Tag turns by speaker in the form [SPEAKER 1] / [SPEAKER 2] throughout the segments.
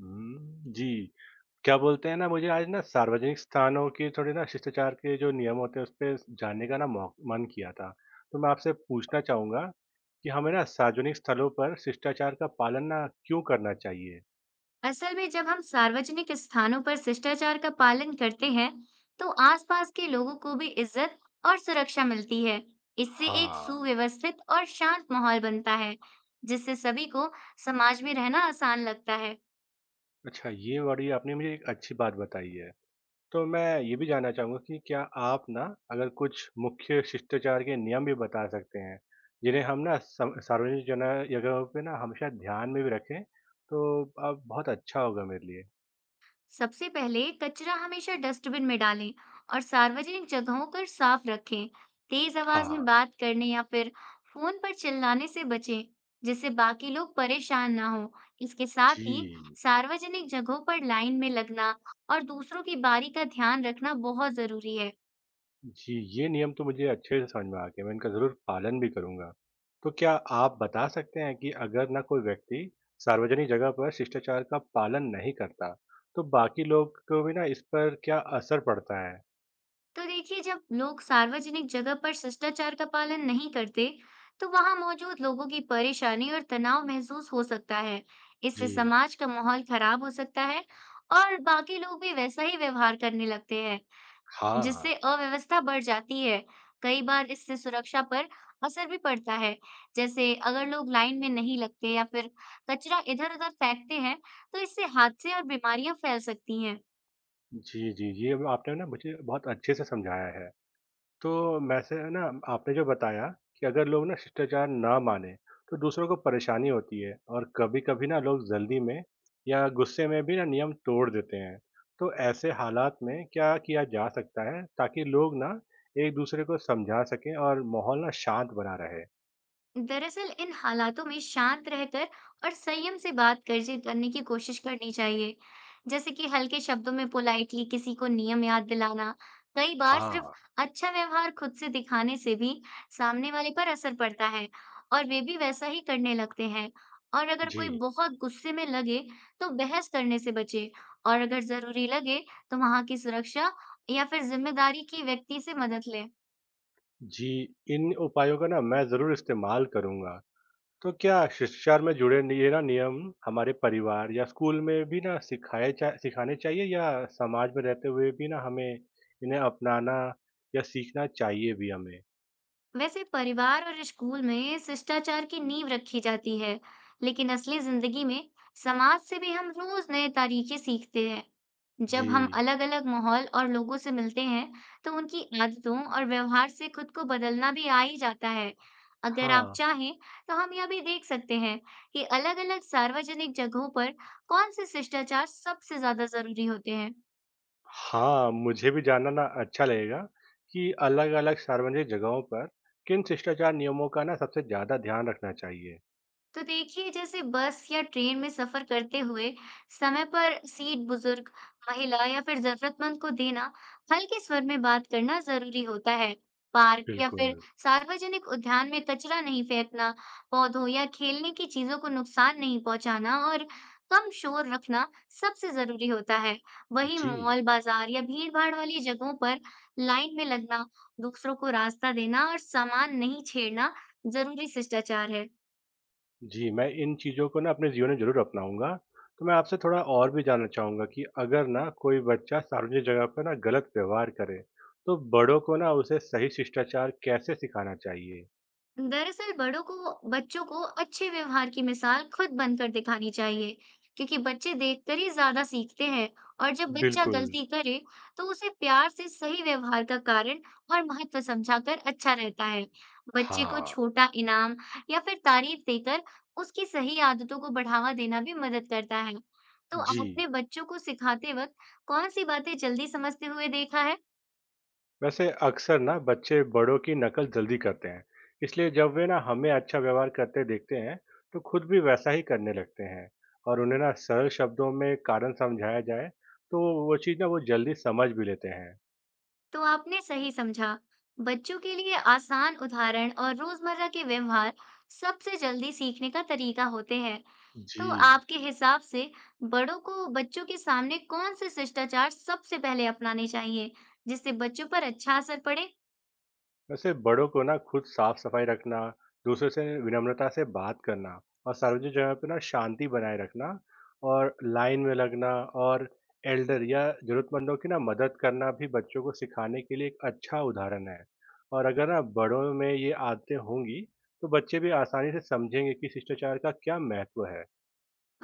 [SPEAKER 1] हुँ, जी। क्या बोलते हैं ना मुझे आज ना सार्वजनिक स्थानों के थोड़े ना शिष्टाचार के जो नियम होते हैं उस पे जानने का ना मौ मन किया था। तो मैं आपसे पूछना चाहूँगा कि हमें ना सार्वजनिक स्थलों पर शिष्टाचार का पालन ना क्यों करना चाहिए?
[SPEAKER 2] असल में जब हम सार्वजनिक स्थानों पर शिष्टाचार का पालन करते हैं, तो आसपास के लोगों को भी इज्जत और सुरक्षा मिलती है। इससे एक
[SPEAKER 1] हाँ।
[SPEAKER 2] सुव्यवस्थित और शांत माहौल बनता है, जिससे सभी को समाज में रहना आसान लगता है।
[SPEAKER 1] अच्छा ये वाली आपने मुझे एक अच्छी बात बताई है। तो मैं ये भी जानना चाहूँगा कि क्या आप ना अगर कुछ मुख्य शिष्टाचार के नियम भी बता सकते हैं, जिन्हें हम ना सम सार्वजनिक जगहों पे ना हमेशा ध्यान में भी रखें, तो अब बहुत अच्छा होगा मेरे लिए?
[SPEAKER 2] सबसे पहले कचरा हमेशा डस्टबिन में डालें और सार्वजनिक जगहों पर साफ रखें। तेज आवाज में
[SPEAKER 1] हाँ,
[SPEAKER 2] बात करने या फिर फोन पर चिल्लाने से बचें, जिससे बाकी लोग परेशान ना हो। इसके साथ ही
[SPEAKER 1] जी।
[SPEAKER 2] सार्वजनिक जगहों पर लाइन में लगना और दूसरों की बारी का ध्यान रखना बहुत जरूरी है।
[SPEAKER 1] जी, ये नियम तो मुझे अच्छे से समझ में आ गए, मैं इनका ज़रूर पालन भी करूँगा। तो क्या आप बता सकते हैं कि अगर ना कोई व्यक्ति सार्वजनिक जगह पर शिष्टाचार का पालन नहीं करता, तो बाकी लोग को भी ना इस पर क्या असर पड़ता है?
[SPEAKER 2] तो देखिए, जब लोग सार्वजनिक जगह पर शिष्टाचार का पालन नहीं करते, तो वहां मौजूद लोगों की परेशानी और तनाव महसूस हो सकता है। इससे
[SPEAKER 1] जी,
[SPEAKER 2] समाज का माहौल खराब हो सकता है और बाकी लोग भी वैसा ही व्यवहार करने लगते हैं,
[SPEAKER 1] हाँ।
[SPEAKER 2] जिससे अव्यवस्था बढ़ जाती है। कई बार इससे सुरक्षा पर असर भी पड़ता है। जैसे अगर लोग लाइन में नहीं लगते या फिर कचरा इधर-उधर फेंकते हैं, तो इससे हादसे और बीमारियां फैल सकती हैं।
[SPEAKER 1] जी, ये अब आपने ना मुझे बहुत अच्छे से समझाया है। तो वैसे है ना आपने जो बताया कि अगर लोग ना शिष्टाचार ना मानें, तो दूसरों को परेशानी होती है और कभी-कभी ना लोग जल्दी में या गुस्से में भी ना नियम तोड़ देते हैं। तो ऐसे हालात में क्या किया जा सकता है ताकि लोग ना एक दूसरे को समझा सकें और माहौल ना शांत बना रहे?
[SPEAKER 2] दरअसल इन हालातों में शांत रहकर और संयम से बात कर्ज करने की कोशिश करनी चाहिए। जैसे कि हल्के शब्दों में पोलाइटली किसी को नियम याद दिलाना, कई बार सिर्फ
[SPEAKER 1] हाँ,
[SPEAKER 2] अच्छा व्यवहार खुद से दिखाने से भी सामने वाले पर असर पड़ता है और वे भी वैसा ही करने लगते हैं। और अगर
[SPEAKER 1] जी,
[SPEAKER 2] कोई बहुत गुस्से में लगे, तो बहस करने से बचे, और अगर जरूरी लगे तो वहां की सुरक्षा या फिर जिम्मेदारी की व्यक्ति से मदद ले।
[SPEAKER 1] जी, इन उपायों का ना मैं ज़रूर इस्तेमाल करूँगा। तो क्या शिष्टाचार में जुड़े ये ना नियम हमारे परिवार या स्कूल में भी ना सिखाए चा, सिखाने चाहिए या समाज में रहते हुए भी ना हमें इन्हें अपनाना या सीखना चाहिए भी हमें।
[SPEAKER 2] वैसे परिवार और स्कूल में शिष्टाचार की नींव रखी जाती है, लेकिन असली जिंदगी में समाज से भी हम रोज नए तरीके सीखते हैं। जब हम
[SPEAKER 1] जी।
[SPEAKER 2] अलग-अलग माहौल और लोगों से मिलते हैं, तो उनकी आदतों और व्यवहार से खुद को बदलना भी आ ही जाता है। अगर आप
[SPEAKER 1] हाँ।
[SPEAKER 2] चाहें, तो हम यह भी देख सकते हैं कि अलग-अलग सार्वजनिक जगहों पर कौन से शिष्टाचार सबसे ज्यादा जरूरी होते हैं।
[SPEAKER 1] हाँ, मुझे भी जानना ना अच्छा लगेगा कि अलग अलग सार्वजनिक जगहों पर किन शिष्टाचार नियमों का ना सबसे ज्यादा ध्यान रखना चाहिए।
[SPEAKER 2] तो देखिए, जैसे बस या ट्रेन में सफर करते हुए समय पर सीट बुजुर्ग, महिला या फिर जरूरतमंद को देना, हल्के स्वर में बात करना जरूरी होता है। पार्क या फिर
[SPEAKER 1] बिल्कुल।
[SPEAKER 2] सार्वजनिक उद्यान में कचरा नहीं फेंकना, पौधों या खेलने की चीजों को नुकसान नहीं पहुंचाना और कम शोर रखना सबसे जरूरी होता है। वही
[SPEAKER 1] जी।
[SPEAKER 2] मॉल, बाजार या भीड़ भाड़ वाली जगहों पर लाइन में लगना, दूसरों को रास्ता देना और सामान नहीं छेड़ना जरूरी शिष्टाचार है।
[SPEAKER 1] जी, मैं इन चीज़ों को ना अपने जीवन में ज़रूर अपनाऊँगा। तो मैं आपसे थोड़ा और भी जानना चाहूँगा कि अगर ना कोई बच्चा सार्वजनिक जगह पर ना गलत व्यवहार करे, तो बड़ों को ना उसे सही शिष्टाचार कैसे सिखाना चाहिए?
[SPEAKER 2] दरअसल बड़ों को बच्चों को अच्छे व्यवहार की मिसाल खुद बनकर दिखानी चाहिए, क्योंकि बच्चे देखकर ही ज्यादा सीखते हैं, और जब बच्चा
[SPEAKER 1] बिल्कुल।
[SPEAKER 2] गलती करे तो उसे प्यार से सही व्यवहार का कारण और महत्व समझाकर अच्छा रहता है। बच्चे को
[SPEAKER 1] हाँ,
[SPEAKER 2] छोटा इनाम या फिर तारीफ देकर उसकी सही आदतों को बढ़ावा देना भी मदद करता है। तो
[SPEAKER 1] जी।
[SPEAKER 2] आपने बच्चों को सिखाते वक्त कौन सी बातें जल्दी समझते हुए देखा है?
[SPEAKER 1] वैसे अक्सर ना बच्चे बड़ों की नकल जल्दी करते हैं, इसलिए जब वे ना हमें अच्छा व्यवहार करते देखते हैं, तो खुद भी वैसा ही करने लगते हैं और उन्हें ना सरल शब्दों में कारण समझाया जाए, तो वो चीज़ ना वो जल्दी समझ भी लेते हैं।
[SPEAKER 2] तो आपने सही समझा। बच्चों के लिए आसान उदाहरण और रोजमर्रा के व्यवहार सबसे जल्दी सीखने का तरीका होते हैं।
[SPEAKER 1] जी।
[SPEAKER 2] तो आपके हिसाब से बड़ों को बच्चों के सामने कौन से शिष्टाचार सबसे पहले अपनाने चाहिए, जिससे बच्चों पर अच्छा असर पड़े?
[SPEAKER 1] वैसे बड़ों को ना खुद साफ सफाई रखना, दूसरों से विनम्रता से बात करना और सार्वजनिक जगह पे ना शांति बनाए रखना और लाइन में लगना और एल्डर या जरूरतमंदों की ना मदद करना भी बच्चों को सिखाने के लिए एक अच्छा उदाहरण है और अगर ना बड़ों में ये आदतें होंगी तो बच्चे भी आसानी से समझेंगे कि शिष्टाचार का क्या महत्व है।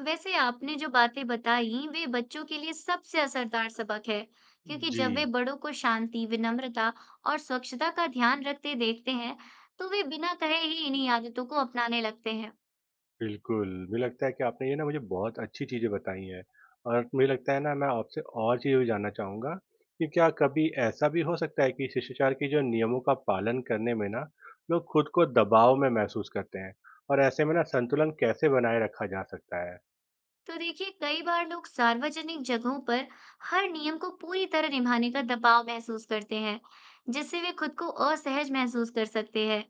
[SPEAKER 2] वैसे आपने जो बातें बताई, वे बच्चों के लिए सबसे असरदार सबक है, क्योंकि
[SPEAKER 1] जी।
[SPEAKER 2] जब वे बड़ों को शांति, विनम्रता और स्वच्छता का ध्यान रखते देखते हैं, तो वे बिना कहे ही इन्हीं आदतों को अपनाने लगते हैं।
[SPEAKER 1] बिल्कुल, मुझे लगता है कि आपने ये ना मुझे बहुत अच्छी चीज़ें बताई हैं और मुझे लगता है ना मैं आपसे और चीज़ें भी जानना चाहूँगा कि क्या कभी ऐसा भी हो सकता है कि शिष्टाचार के जो नियमों का पालन करने में ना लोग खुद को दबाव में महसूस करते हैं और ऐसे में ना संतुलन कैसे बनाए रखा जा सकता है?
[SPEAKER 2] तो देखिए, कई बार लोग सार्वजनिक जगहों पर हर नियम को पूरी तरह निभाने का दबाव महसूस करते हैं, जिससे वे खुद को असहज महसूस कर सकते हैं।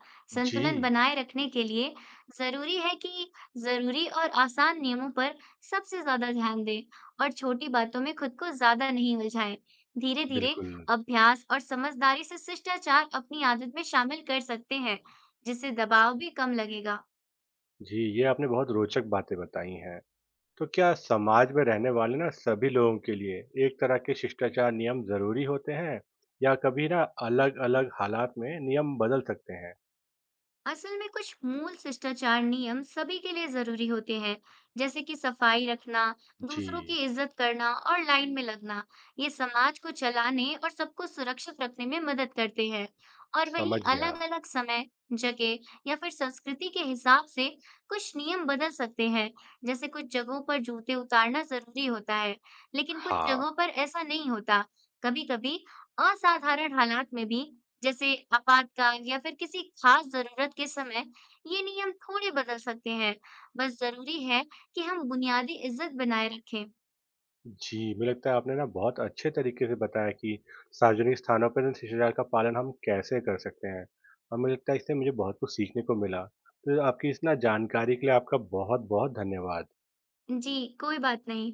[SPEAKER 1] जी,
[SPEAKER 2] संतुलन बनाए रखने के लिए जरूरी है कि जरूरी और आसान नियमों पर सबसे ज्यादा ध्यान दें और छोटी बातों में खुद को ज्यादा नहीं उलझाएं। धीरे-धीरे
[SPEAKER 1] बिल्कुल।
[SPEAKER 2] अभ्यास और समझदारी से शिष्टाचार अपनी आदत में शामिल कर सकते हैं, जिससे दबाव भी कम लगेगा।
[SPEAKER 1] जी, ये आपने बहुत रोचक बातें बताई हैं। तो क्या समाज में रहने वाले ना सभी लोगों के लिए एक तरह के शिष्टाचार नियम जरूरी होते हैं या कभी ना अलग अलग हालात में नियम बदल सकते हैं।
[SPEAKER 2] असल में कुछ मूल शिष्टाचार नियम सभी के लिए जरूरी होते हैं, जैसे कि सफाई रखना,
[SPEAKER 1] जी।
[SPEAKER 2] दूसरों की इज्जत करना और लाइन में लगना। ये समाज को चलाने और सबको सुरक्षित रखने में मदद करते हैं। और वहीं
[SPEAKER 1] समझ गया।
[SPEAKER 2] अलग-अलग समय, जगह या फिर संस्कृति के हिसाब से कुछ नियम बदल सकते हैं। जैसे कुछ जगहों पर जूते उतारना जरूरी होता है, लेकिन कुछ जगहों
[SPEAKER 1] हाँ।
[SPEAKER 2] पर ऐसा नहीं होता। कभी-कभी असाधारण हालात में भी, जैसे आपातकाल या फिर किसी खास जरूरत के समय, ये नियम थोड़े बदल सकते हैं। बस जरूरी है कि हम बुनियादी इज्जत बनाए रखें।
[SPEAKER 1] जी, मुझे लगता है आपने ना बहुत अच्छे तरीके से बताया कि सार्वजनिक स्थानों पर ना शिष्टाचार का पालन हम कैसे कर सकते हैं और मुझे लगता है इससे मुझे बहुत कुछ सीखने को मिला। तो आपकी इस ना जानकारी के लिए आपका बहुत बहुत धन्यवाद।
[SPEAKER 2] जी, कोई बात नहीं।